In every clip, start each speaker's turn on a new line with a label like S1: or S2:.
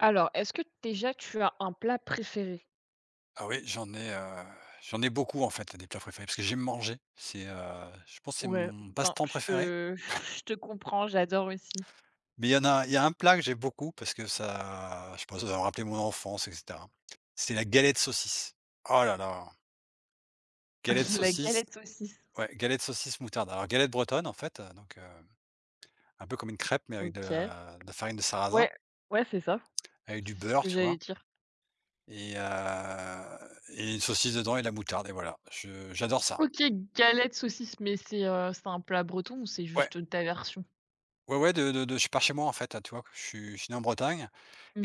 S1: Alors, est-ce que déjà tu as un plat préféré?
S2: Ah oui, j'en ai beaucoup en fait des plats préférés parce que j'aime manger. Je pense que c'est
S1: Ouais,
S2: mon
S1: ben,
S2: passe-temps
S1: je
S2: préféré.
S1: te je te comprends, j'adore aussi.
S2: Mais il y a un plat que j'ai beaucoup parce que ça je pense que ça me rappeler mon enfance et cetera. C'est la galette saucisse. Oh là là! Galette
S1: La
S2: saucisse
S1: galette saucisse.
S2: ouais, galette saucisse moutarde. Alors galette bretonne en fait, donc, un peu comme une crêpe mais avec de
S1: OK.
S2: la de la farine de sarrasin,
S1: Ouais, ouais, c'est ça,
S2: avec du
S1: c'est ce
S2: beurre,
S1: que
S2: tu
S1: j'allais
S2: vois?
S1: dire.
S2: Et heu et une saucisse dedans et de la moutarde et voilà, je j'adore ça.
S1: OK, galette saucisse, mais c'est un plat breton ou c'est
S2: Ouais.
S1: juste ta version?
S2: Ouais, ouais, de je suis pas chez moi en fait, tu vois? Je suis né en Bretagne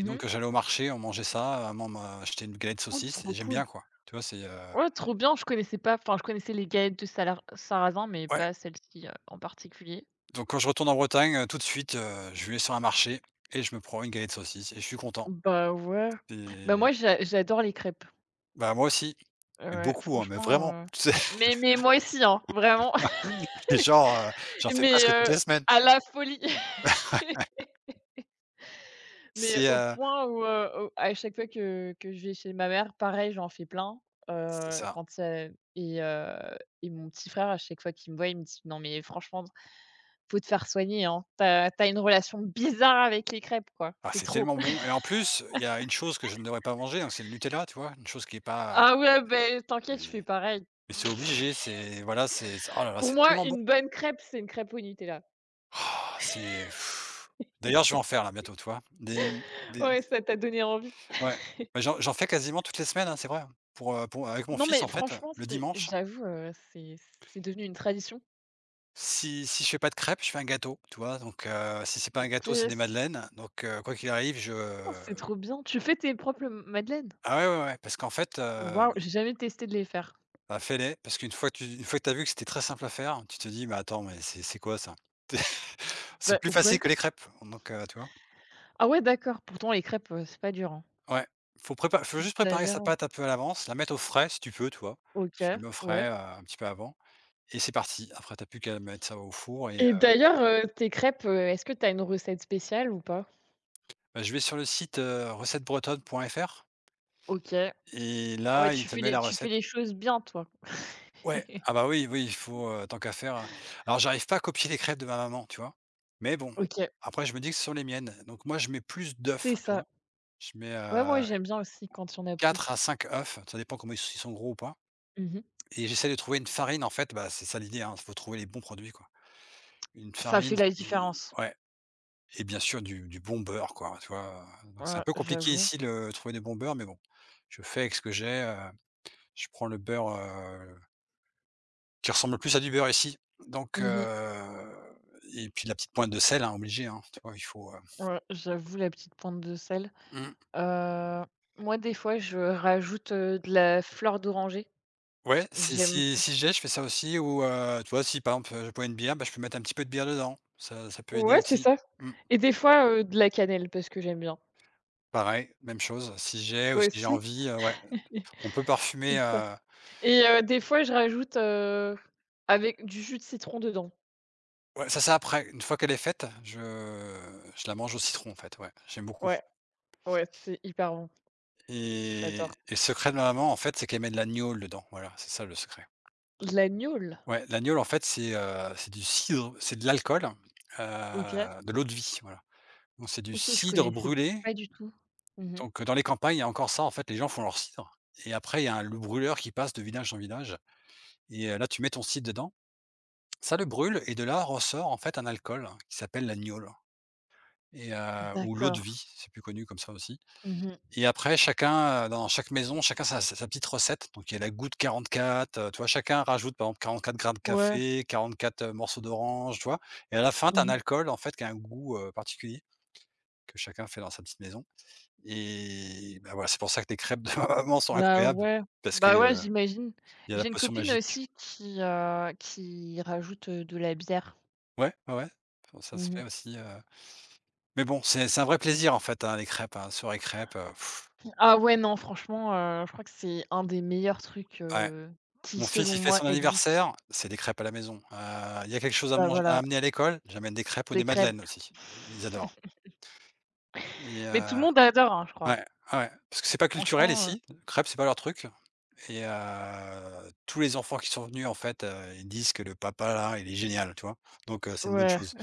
S2: et donc j'allais au marché, on mangeait ça, maman m'a acheté une galette
S1: Oh,
S2: saucisse
S1: trop
S2: et j'aime
S1: cool.
S2: bien quoi. Tu vois?
S1: Ouais, trop bien, je connaissais pas, enfin, je connaissais les galettes de salar sarrasin, mais
S2: Ouais,
S1: pas celle-ci, en particulier.
S2: donc quand je retourne en Bretagne, tout de suite, je vais sur un marché et je me prends une galette saucisse et je suis content.
S1: Bah, ouais. Bah, moi
S2: Et
S1: j'adore les crêpes.
S2: bah, moi aussi, mais
S1: Ouais,
S2: beaucoup, hein, mais
S1: franchement,
S2: vraiment,
S1: heu
S2: tu sais?
S1: Mais moi aussi, hein, vraiment.
S2: Et genre, j'en fais
S1: Mais,
S2: presque toutes les semaines.
S1: à la folie. Mais
S2: C'est,
S1: au
S2: heu
S1: point où, au à chaque fois que je vais chez ma mère, pareil, j'en fais plein,
S2: c'est ça.
S1: quand, et mon petit frère, à chaque fois qu'il me voit, il me dit: «Non mais franchement, faut te faire soigner, hein. Tu as une relation bizarre avec les crêpes, quoi.
S2: Ah,
S1: C'est
S2: c'est
S1: trop».
S2: tellement bon et en plus, il y a une chose que je ne devrais pas manger, donc c'est le Nutella, tu vois? Une chose qui est pas,
S1: Ah ouais, beh, t'inquiète,
S2: mais
S1: je fais pareil.
S2: Mais c'est obligé, c'est voilà, c'est oh là là,
S1: Pour
S2: c'est
S1: moi,
S2: tellement bon.
S1: une bonne crêpe, c'est une crêpe au Nutella.
S2: Ah, c'est pff. D'ailleurs, je vais en faire là bientôt, tu vois? Des, mmh,
S1: Ouais,
S2: des
S1: ça t'a donné envie.
S2: Ouais, bah, j'en fais quasiment toutes les semaines, hein, c'est vrai, hein, pour avec mon
S1: Non
S2: fils,
S1: mais
S2: en fait,
S1: franchement,
S2: le
S1: c'est
S2: dimanche.
S1: j'avoue, c'est devenu une tradition.
S2: Si je fais pas de crêpes, je fais un gâteau, tu vois? Donc si c'est pas un gâteau, c'est des madeleines, donc quoi qu'il arrive, je
S1: Oh, c'est trop bien. Tu fais tes propres madeleines?
S2: ah ouais, ouais, ouais, parce qu'en fait,
S1: Waouh, j'ai jamais testé de les faire.
S2: bah, fais-les, parce qu'une fois que t'as vu que c'était très simple à faire, tu te dis: «Mais attends, mais c'est quoi ça?» C'est
S1: Bah,
S2: plus facile
S1: ouais.
S2: que les crêpes, donc tu vois?
S1: Ah ouais, d'accord. Pourtant les crêpes, c'est pas dur, hein.
S2: Ouais, faut juste préparer sa
S1: D'ailleurs.
S2: pâte un peu à l'avance, la mettre au frais si tu peux, tu vois?
S1: OK,
S2: Tu la mets au
S1: ouais
S2: frais, un petit peu avant et c'est parti. Après tu as plus qu'à mettre ça au four et
S1: et d'ailleurs, tes crêpes, est-ce que tu as une recette spéciale ou pas?
S2: bah, je vais sur le site, recettesbretonnes.fr
S1: OK. Ah
S2: et
S1: ouais,
S2: là, il
S1: tu
S2: te
S1: fais
S2: met
S1: les
S2: la
S1: tu fais
S2: recette.
S1: les choses bien toi.
S2: Ouais, ah bah, oui, oui, il faut, tant qu'à faire, alors j'arrive pas à copier les crêpes de ma maman, tu vois? Mais bon,
S1: OK,
S2: après je me dis que ce sont les miennes, donc moi je mets plus
S1: c'est
S2: d'œufs, tu
S1: ça.
S2: vois? Je mets,
S1: Ouais, moi j'aime bien aussi quand il y en a
S2: 4 à
S1: plus.
S2: 5 œufs, ça dépend comment ils sont gros ou pas
S1: Mmh.
S2: et j'essaie de trouver une farine en fait, bah, c'est ça l'idée, hein, faut trouver les bons produits, quoi. Une
S1: Ça fait
S2: farine
S1: la
S2: qui
S1: différence.
S2: Ouais. Et bien sûr du bon beurre quoi, tu vois? Donc c'est
S1: Ouais,
S2: un peu compliqué
S1: j'avoue.
S2: ici le trouver des bons beurre mais bon, je fais avec ce que j'ai, je prends le beurre, qui ressemble plus à du beurre ici, donc
S1: Mmh.
S2: et puis la petite pointe de sel, hein, obligé, hein, tu vois? Il faut,
S1: Ouais, j'avoue la petite pointe de sel.
S2: mmh,
S1: Heu, moi des fois je rajoute, de la fleur d'oranger.
S2: ouais, si
S1: J'aime
S2: si si
S1: plus.
S2: j'ai, je fais ça aussi ou tu vois? Si par exemple, je bois une bière, bah, je peux mettre un petit peu de bière dedans, ça peut aider
S1: Ouais, c'est
S2: aussi.
S1: ça
S2: Mmh.
S1: et des fois, de la cannelle parce que j'aime bien.
S2: Pareil, même chose,
S1: Toi
S2: si j'ai
S1: aussi?
S2: envie, ouais, on peut
S1: C'est
S2: parfumer,
S1: ça et des fois, je rajoute, avec du jus de citron dedans.
S2: Ouais, ça c'est après. Une fois qu'elle est faite, je la mange au citron, en fait, ouais, j'aime beaucoup
S1: Ouais, ouais, c'est hyper bon.
S2: et
S1: J'adore.
S2: et le secret de ma maman, en fait, c'est qu'elle met de la gnôle dedans, voilà, c'est ça le secret.
S1: De la gnôle?
S2: Ouais, la gnôle, en fait, c'est du cidre, c'est de l'alcool,
S1: OK.
S2: de l'eau de vie, voilà. Donc c'est du
S1: OK, je
S2: cidre
S1: connaissais
S2: brûlé,
S1: pas du tout. Mmh mh.
S2: donc dans les campagnes, il y a encore ça, en fait, les gens font leur cidre et après il y a un le brûleur qui passe de village en village et là, tu mets ton cidre dedans, ça le brûle et de là ressort, en fait, un alcool hein, qui s'appelle la gnôle et ou l'eau de
S1: D'accord.
S2: vie, c'est plus connu comme ça aussi.
S1: Mmh mh.
S2: Et après chacun, dans chaque maison, chacun sa petite recette. Donc il y a la goutte 44, tu vois? Chacun rajoute par exemple 44 grammes de
S1: Ouais.
S2: café, 44 morceaux d'orange, tu vois? Et à la fin, tu as
S1: Mmh
S2: un
S1: mh.
S2: alcool en fait qui a un goût, particulier que chacun fait dans sa petite maison. Et bah, voilà, c'est pour ça que les crêpes de ma maman sont
S1: Bah,
S2: incroyables
S1: ouais.
S2: parce qu'
S1: Bah, ouais, j'imagine.
S2: il y a la
S1: J'ai une
S2: potion
S1: copine
S2: magique.
S1: aussi qui rajoute, de la bière.
S2: Ouais, ouais, ouais, bon ça se
S1: Mmh
S2: fait
S1: mh.
S2: aussi, mais bon, c'est un vrai plaisir en fait, hein, les crêpes, hein, soirée crêpes,
S1: Ah ouais, non, franchement, je crois que c'est un des meilleurs trucs,
S2: ouais.
S1: qui
S2: Mon fils,
S1: selon
S2: il fait
S1: moi
S2: son
S1: existent.
S2: anniversaire, c'est des crêpes à la maison. Il y a quelque chose à
S1: Bah,
S2: mange à
S1: voilà,
S2: amener à l'école, j'amène des crêpes ou
S1: les
S2: des
S1: crêpes.
S2: madeleines aussi. Ils adorent et
S1: Mais tout le monde adore, hein, je crois.
S2: ouais, ouais, parce que c'est pas culturel
S1: Franchement,
S2: ici, crêpes, c'est pas leur truc et tous les enfants qui sont venus, en fait, ils disent que le papa là, il est génial, tu vois? Donc c'est une bonne
S1: ouais,
S2: chose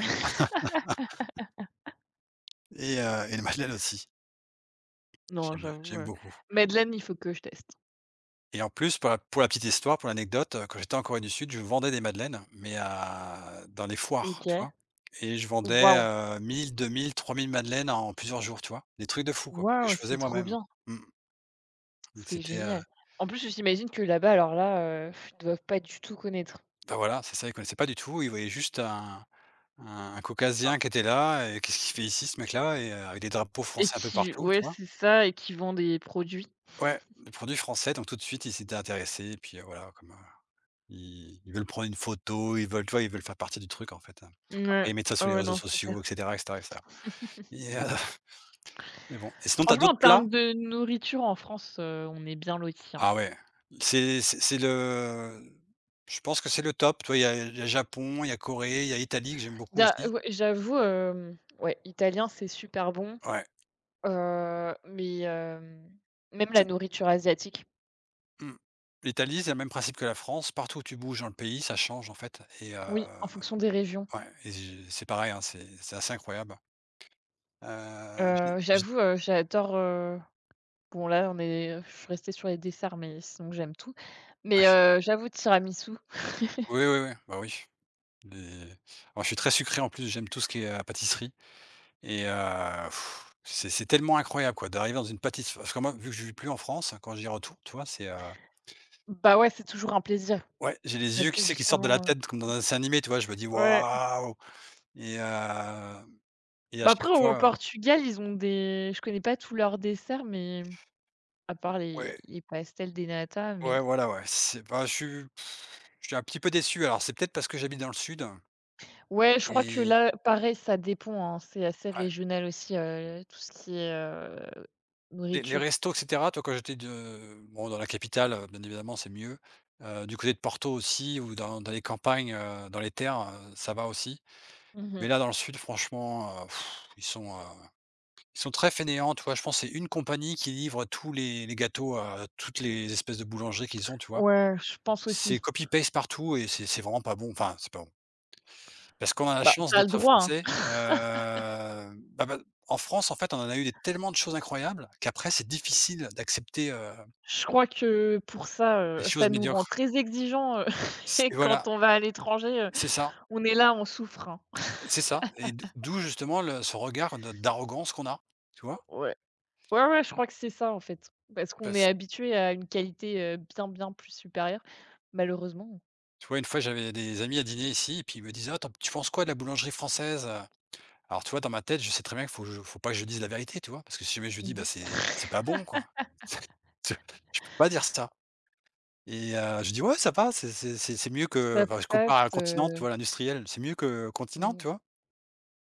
S2: et les madeleines aussi.
S1: non,
S2: J'aime
S1: j'avoue,
S2: j'aime beaucoup.
S1: madeleine, il faut que je teste.
S2: Et en plus, pour la petite histoire, pour l'anecdote, quand j'étais en Corée du Sud, je vendais des madeleines, mais à dans les foires,
S1: OK.
S2: tu vois? Et je vendais,
S1: Waouh!
S2: 1 000-2 000-3 madeleines en plusieurs jours, tu vois? Des trucs de fou, quoi, que
S1: Waouh,
S2: je
S1: c'est
S2: faisais
S1: trop
S2: moi-même.
S1: bien,
S2: Mmh. Donc
S1: c'est
S2: c'était,
S1: génial. En plus, j'imagine que là-bas, alors là, ils doivent pas du tout connaître,
S2: bah, voilà, c'est ça, ils connaissaient pas du tout, ils voyaient juste un
S1: hein
S2: caucasien qui était là et «Qu'est-ce qu'il fait ici ce mec-là?» et avec des drapeaux
S1: et
S2: français un peu
S1: qui
S2: partout, tu
S1: ouais,
S2: vois?
S1: c'est ça et qui vend des produits.
S2: Ouais, des produits français, donc tout de suite, ils s'étaient intéressés et puis, voilà, comme, ils veulent prendre une photo, ils veulent tu vois, ils veulent faire partie du truc en fait, hein. Après
S1: Ouais.
S2: ils mettent ça sur
S1: Ah
S2: les
S1: ouais,
S2: réseaux
S1: non, c'est clair.
S2: sociaux et cetera et cetera et cetera et mais bon et sinon t'as
S1: Franchement, en
S2: d'autres plats?
S1: termes de nourriture en France, on est bien lotis, hein.
S2: Ah ouais, c'est le je pense que c'est le top, tu vois? Il y a Japon, il y a Corée, il y a Italie que j'aime beaucoup
S1: Da
S2: aussi.
S1: ouais, j'avoue, ouais, italien, c'est super bon,
S2: Ouais,
S1: mais même la
S2: c'est
S1: nourriture asiatique,
S2: mmh. L'Italie, c'est le même principe que la France, partout où tu bouges dans le pays, ça change en fait et
S1: oui, en fonction des régions.
S2: ouais et j'ai c'est pareil, hein, c'est assez incroyable.
S1: Heu,
S2: J'ai
S1: j'avoue, j'adore, bon là, on est je suis restée sur les desserts, mais sinon j'aime tout. Mais
S2: Ouais.
S1: j'avoue, tiramisu.
S2: Oui, oui, oui, bah oui. Des Alors je suis très sucré en plus, j'aime tout ce qui est, pâtisserie et c'est tellement incroyable quoi d'arriver dans une pâtisserie parce que moi vu que je vis plus en France, hein, quand j'y retourne, tu vois,
S1: Bah, ouais, c'est toujours un plaisir
S2: ouais, j'ai les
S1: parce
S2: yeux, qui
S1: que
S2: sais, qui sortent de la
S1: justement,
S2: tête comme dans un dessin animé, tu vois? Je me dis:
S1: ouais.
S2: «Waouh!» et heu et à
S1: Bah,
S2: chaque
S1: après au
S2: fois
S1: Portugal, ils ont des je connais pas tous leurs desserts, mais à part les
S2: Ouais,
S1: les pastels, des nata mais.
S2: ouais, voilà, ouais, c'est bah, je suis un petit peu déçu alors c'est peut-être parce que j'habite dans le sud
S1: Ouais, je crois que
S2: et
S1: là, pareil, ça dépend, hein, c'est assez
S2: ouais.
S1: régional aussi, tout ce qui est,
S2: Les
S1: nourriture.
S2: restos et cetera, toi, quand j'étais de bon, dans la capitale, bien évidemment, c'est mieux. Du côté de Porto aussi ou dans les campagnes, dans les terres, ça va aussi. Mais
S1: Mmh.
S2: là, dans le sud, franchement, ils sont, heu, ils sont très fainéants, tu vois? Je pense que c'est une compagnie qui livre tous les gâteaux à toutes les espèces de boulangeries qu'ils ont, tu vois?
S1: Ouais, je pense
S2: C'est
S1: aussi.
S2: copy paste partout et c'est vraiment pas bon. Enfin, c'est pas bon. Parce qu'on a la
S1: Bah,
S2: chance
S1: t'as le
S2: d'être
S1: droit,
S2: français,
S1: hein.
S2: bah, bah, en France, en fait, on en a eu des tellement de choses incroyables qu'après c'est difficile d'accepter,
S1: Je crois que pour ça,
S2: les choses
S1: ça nous rend
S2: médiocres.
S1: très exigeants,
S2: C'est
S1: et
S2: voilà,
S1: quand on va à l'étranger,
S2: c'est ça,
S1: on est là, on souffre, hein.
S2: c'est ça et d'où justement le ce regard de d'arrogance qu'on a, tu vois?
S1: Ouais. Ouais, ouais, je crois que c'est ça, en fait. Parce qu'on est
S2: Parce
S1: habitué à une qualité, bien, bien plus supérieure, malheureusement.
S2: tu vois, une fois, j'avais des amis à dîner ici et puis ils me disaient: «Ah, tu penses quoi de la boulangerie française, alors tu vois, dans ma tête, je sais très bien qu'il faut que je faut pas que je dise la vérité, tu vois? Parce que si jamais je dis : « Bah,
S1: Mmh.
S2: c'est pas bon, quoi », je peux pas dire ça et je dis : « Ouais, ça va, c'est mieux que »
S1: Ça
S2: enfin, je compare
S1: passe,
S2: à continent, tu vois, l'industriel, « c'est mieux que continent, tu vois?
S1: mmh.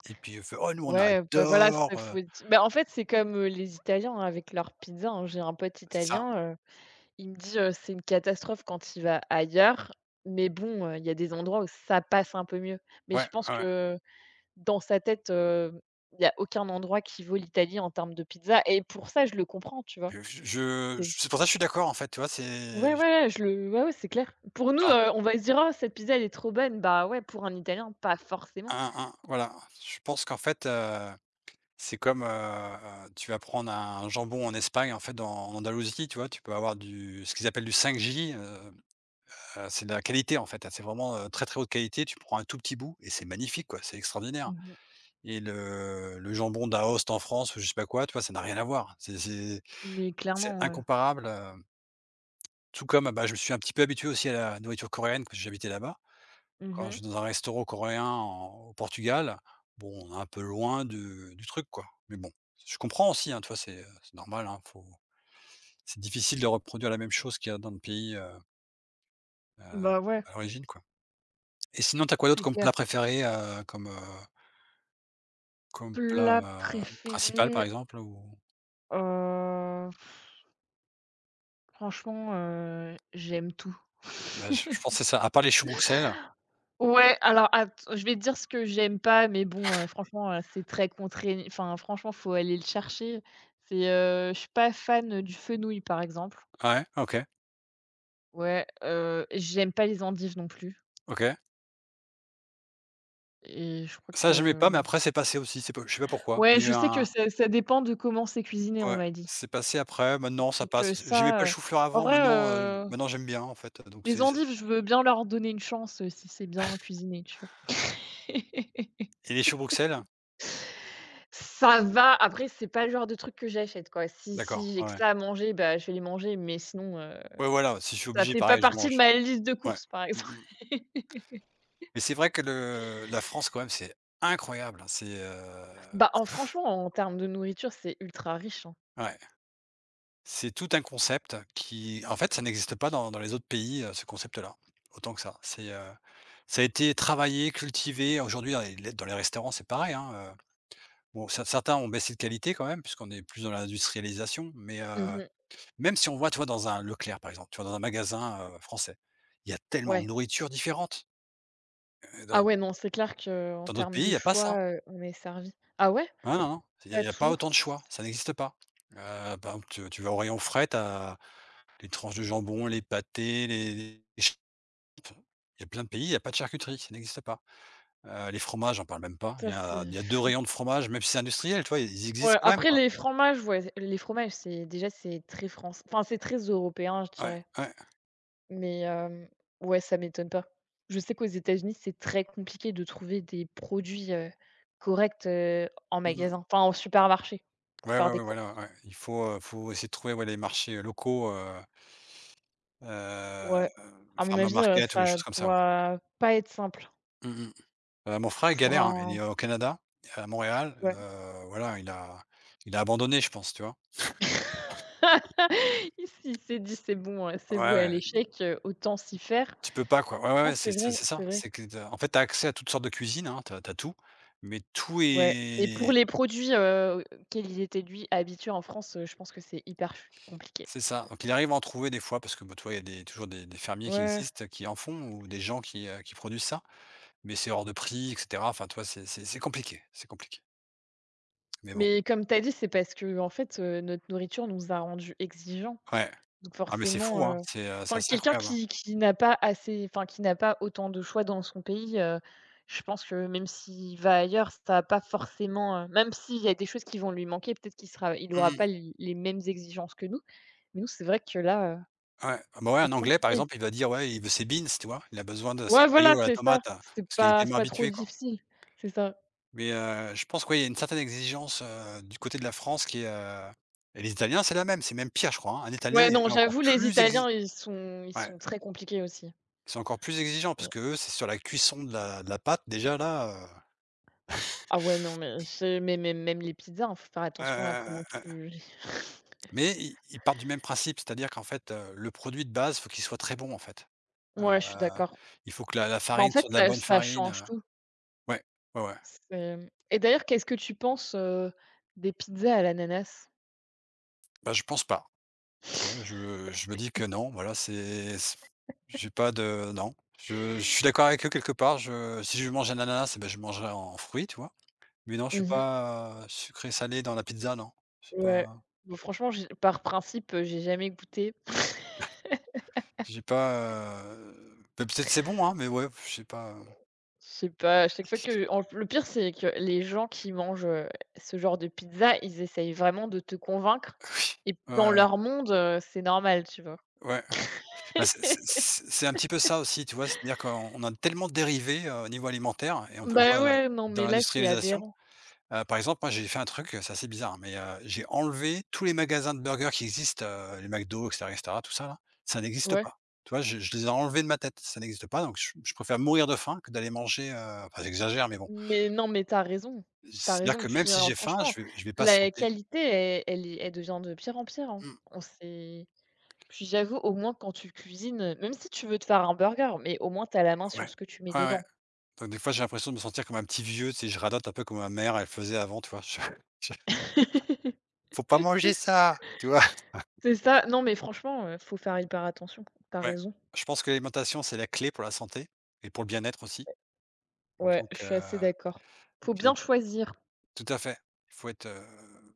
S2: Et puis il fait : « Oh, nous, on
S1: Ouais, bah, voilà,
S2: adore,»
S1: c'est faut être bah, en fait, c'est comme, les Italiens hein, avec leur pizza, hein. J'ai un pote
S2: c'est ça.
S1: italien, il me dit: «C'est une catastrophe quand il va ailleurs», mais bon, il y a des endroits où ça passe un peu mieux. Mais je
S2: Ouais,
S1: pense
S2: ouais, ouais.
S1: que dans sa tête, il y a aucun endroit qui vaut l'Italie en termes de pizza et pour ça, je le comprends, tu vois? C'est
S2: C'est pour ça que je suis d'accord en fait, tu vois? C'est
S1: ouais, ouais, ouais, je le ouais, ouais, c'est clair. Pour nous,
S2: alors
S1: on va se dire: «Oh, cette pizza, elle est trop bonne». Bah, ouais, pour un Italien, pas forcément.
S2: un voilà, je pense qu'en fait, c'est comme, tu vas prendre un jambon en Espagne, en fait, dans en Andalousie, tu vois? Tu peux avoir du ce qu'ils appellent du 5J, c'est de la qualité en fait, hein, c'est vraiment, très, très haute qualité. Tu prends un tout petit bout et c'est magnifique quoi, c'est extraordinaire
S1: Mmh.
S2: et le jambon d'Aoste en France ou je sais pas quoi, tu vois? Ça n'a rien à voir. C'est
S1: Mais
S2: c'est
S1: clairement, ouais.
S2: incomparable, tout comme, bah, je me suis un petit peu habitué aussi à la nourriture coréenne parce que j'habitais là-bas. Quand
S1: Mmh.
S2: je vais dans un restaurant coréen en au Portugal, bon, on est un peu loin du truc, quoi. Mais bon, je comprends aussi, hein, tu vois? C'est normal, hein, faut c'est difficile de reproduire la même chose qu'il y a dans le pays, heu,
S1: Bah, ouais,
S2: à l'origine, quoi. Et sinon, t'as quoi d'autre
S1: c'est
S2: comme
S1: clair.
S2: plat préféré, comme, comme plat,
S1: Plat
S2: principal, par
S1: préféré,
S2: exemple, ou?
S1: heu, franchement, j'aime tout.
S2: Bah, je je pense que c'est ça, à part les choux Bruxelles.
S1: Ouais, alors att je vais te dire ce que j'aime pas, mais bon, franchement, c'est très contraign enfin franchement, faut aller le chercher. C'est, je suis pas fan, du fenouil, par exemple.
S2: Ouais, OK,
S1: Ouais, j'aime pas les endives non plus
S2: OK.
S1: et je crois
S2: Ça, j'aimais
S1: que
S2: pas, mais après c'est passé aussi, c'est pas je sais pas pourquoi.
S1: ouais, je sais que ça dépend de comment c'est cuisiné, on
S2: Ouais,
S1: m'a dit.
S2: c'est passé après, maintenant ça
S1: Donc,
S2: passe. J'aimais pas le
S1: ça,
S2: chou-fleur
S1: en
S2: avant,
S1: vrai,
S2: maintenant, maintenant j'aime bien en fait, donc
S1: les
S2: c'est
S1: endives, je veux bien leur donner une chance, si c'est bien cuisiné, tu vois?
S2: et les choux Bruxelles?
S1: Ça va, après c'est pas le genre de truc que j'achète quoi. Si
S2: D'accord,
S1: j'ai que
S2: ouais.
S1: ça à manger, bah, je vais les manger, mais sinon,
S2: Ouais, voilà, si je suis
S1: ça
S2: obligé,
S1: fait pas
S2: pareil, je
S1: partie de
S2: mange.
S1: ma liste de
S2: Ouais.
S1: courses par
S2: Mmh
S1: exemple.
S2: mh. Mais c'est vrai que le la France quand même, c'est incroyable, hein, c'est,
S1: Bah, en franchement, en termes de nourriture, c'est ultra riche, hein.
S2: ouais, c'est tout un concept qui en fait, ça n'existe pas dans les autres pays, ce concept-là, autant que ça. C'est, ça a été travaillé, cultivé, aujourd'hui dans les dans les restaurants, c'est pareil, hein, heu. Bon, certains ont baissé de qualité quand même, puisqu'on est plus dans l'industrialisation, mais
S1: Mmh mh.
S2: même si on voit, tu vois, dans un Leclerc, par exemple, tu vois, dans un magasin, français, il y a tellement de
S1: Ouais.
S2: nourriture différente.
S1: Ah
S2: Dans
S1: ouais, non, c'est clair qu'en
S2: dans d'autres
S1: termes
S2: pays, il
S1: de
S2: y a pas ça, hein.
S1: choix, on est servi. Ah ouais?
S2: Non, non, non,
S1: Pas
S2: il y a pas
S1: toujours?
S2: autant de choix, ça n'existe pas. Heu, par exemple, tu vas au rayon frais, tu as les tranches de jambon, les pâtés, les ch il y a plein de pays, il y a pas de charcuterie, ça n'existe pas. Les fromages, j'en parle même pas.
S1: Ça c'est
S2: Il y a 2 rayons de fromages, même si c'est industriel, tu vois, ils existent
S1: ouais,
S2: quand même,
S1: après
S2: quoi.
S1: les fromages, ouais, les fromages, c'est très France enfin c'est très européen, je
S2: Ouais,
S1: dirais.
S2: ouais.
S1: Mais ouais, ça m'étonne pas. Je sais qu'aux États-Unis, c'est très compliqué de trouver des produits, corrects, en
S2: Mmh.
S1: magasin, enfin en supermarché pour
S2: Ouais,
S1: faire
S2: ouais,
S1: des
S2: ouais, voilà,
S1: courses.
S2: ouais. Il faut, faut essayer de trouver, ouais, les marchés locaux, heu,
S1: Ouais. À mon
S2: farmers
S1: avis,
S2: market ou des
S1: ça
S2: choses comme ça, ouais.
S1: doit pas être simple
S2: Mmh mh. Mon frère, il
S1: pour
S2: galère, hein. Il
S1: un
S2: est au Canada, à Montréal,
S1: ouais.
S2: voilà, il a abandonné, je pense, tu vois?
S1: Ici, il s'est dit: «C'est bon, c'est
S2: Ouais,
S1: voué à
S2: ouais,
S1: l'échec, autant s'y faire».
S2: tu peux pas, quoi. Ouais, ouais,
S1: Non,
S2: ouais,
S1: c'est
S2: c'est
S1: vrai,
S2: c'est
S1: c'est
S2: ça.
S1: vrai.
S2: C'est que tu en fait, tu as accès à toutes sortes de cuisines, hein, tu as tout, mais tout
S1: Ouais et pour
S2: est
S1: les produits, auxquels il était, lui, habitué en France, je pense que c'est hyper ch compliqué.
S2: c'est ça. Donc il arrive à en trouver des fois parce que, bah, tu vois, il y a des toujours des fermiers qui
S1: Ouais.
S2: existent, qui en font ou des gens qui produisent ça. Mais c'est hors de prix et cetera. Enfin, tu vois, c'est c'est compliqué, c'est compliqué. Mais bon,
S1: Mais comme tu as dit, c'est parce que en fait, notre nourriture nous a rendus exigeants.
S2: ouais.
S1: Donc
S2: Ah mais c'est
S1: forcément,
S2: fou, hein, c'est
S1: enfin
S2: assez
S1: quelqu'un
S2: incroyable, hein.
S1: qui n'a pas assez enfin qui n'a pas autant de choix dans son pays, je pense que même s'il va ailleurs, ça va pas forcément, même s'il y a des choses qui vont lui manquer, peut-être qu'il aura
S2: Mmh.
S1: pas l les mêmes exigences que nous. Mais nous, c'est vrai que là,
S2: Ouais. Ah bah, ouais,
S1: c'est
S2: un Anglais, par
S1: compliqué.
S2: exemple, il va dire, ouais, il veut ses beans, tu vois? Il a besoin de ses
S1: Ouais, voilà,
S2: mayo à la
S1: c'est ça.
S2: tomate,
S1: C'est
S2: parce qu'il est
S1: pas c'est
S2: tellement
S1: pas trop
S2: habitué, quoi.
S1: difficile. C'est ça.
S2: Mais je pense qu'il y a une certaine exigence, du côté de la France qui est, heu. Et les Italiens, c'est la même, c'est même pire, je crois, hein. Un Italien
S1: Ouais, non,
S2: est encore
S1: j'avoue les
S2: plus exigeant.
S1: Italiens, ils sont ils
S2: Ouais,
S1: sont très compliqués aussi.
S2: ils sont encore plus exigeants parce que eux, c'est sur la cuisson de la pâte déjà là.
S1: Ah ouais, non, mais c'est mais même les pizzas, hein, faut faire
S2: Ouais,
S1: attention à
S2: ouais, ouais,
S1: comment
S2: ouais, ouais.
S1: tu.
S2: Mais ils partent du même principe, c'est-à-dire qu'en fait, le produit de base, faut qu'il soit très bon, en fait. Heu,
S1: Ouais, je suis d'accord.
S2: il faut que la
S1: Bah, en
S2: farine
S1: fait,
S2: soit de la
S1: ça
S2: bonne
S1: ça
S2: farine,
S1: change tout.
S2: ouais, ouais, ouais.
S1: C'est mmh. et d'ailleurs, qu'est-ce que tu penses, des pizzas à l'ananas?
S2: Bah, je pense pas, tu vois? Je me dis que non, voilà, c'est c j'ai pas de non. Je suis d'accord avec eux quelque part, je si je mange un ananas, eh beh, je mangerai en fruits, tu vois? Mais non, je suis
S1: Mmh mh.
S2: pas sucré salé dans la pizza, non. C'est
S1: Ouais.
S2: pas
S1: Bon, franchement, j'ai par principe, j'ai jamais goûté.
S2: j'ai pas, bah, peut-être c'est bon, hein, mais ouais, je sais pas,
S1: C'est pas à chaque fois que en le pire, c'est que les gens qui mangent, ce genre de pizza, ils essayent vraiment de te convaincre et
S2: ouais,
S1: dans
S2: ouais, ouais.
S1: leur monde, c'est normal, tu vois?
S2: Ouais. Bah, c'est c'est un petit peu ça aussi, tu vois? C'est-à-dire qu'on on a tellement dérivé, au niveau alimentaire et on peut le
S1: Bah,
S2: voir dans la
S1: ouais, non,
S2: dans
S1: mais là, c'est
S2: l'industrialisation.
S1: aberrant.
S2: Par exemple, moi, j'ai fait un truc, c'est assez bizarre, hein, mais, j'ai enlevé tous les magasins de burgers qui existent, les McDo et cetera, tout ça là, ça n'existe
S1: Ouais.
S2: pas. Tu vois? Je les ai enlevés de ma tête, ça n'existe pas, donc je préfère mourir de faim que d'aller manger, heu, enfin j'exagère, mais bon.
S1: Mais non, mais tu as raison. Tu as
S2: C'est-à-dire
S1: raison.
S2: que même
S1: Puis,
S2: si j'ai faim,
S1: franchement,
S2: je vais
S1: la
S2: patienter.
S1: qualité, elle devient de pire en pire, hein.
S2: Mmh,
S1: On s'est puis j'avoue, au moins, quand tu cuisines, même si tu veux te faire un burger, mais au moins, tu as la main sur
S2: ouais.
S1: ce que tu mets
S2: Ouais, ouais.
S1: dedans.
S2: Donc des fois, j'ai l'impression de me sentir comme un petit vieux, tu sais? Je radote un peu comme ma mère, elle faisait avant, tu vois? je Faut pas manger ça, tu vois?
S1: C'est ça. Non, mais franchement, faut faire hyper attention. T'as
S2: Ouais.
S1: raison.
S2: Je pense que l'alimentation, c'est la clé pour la santé et pour le bien-être aussi.
S1: Ouais, je
S2: Donc
S1: suis assez d'accord. Faut bien
S2: bien
S1: choisir.
S2: tout à fait. Il faut être,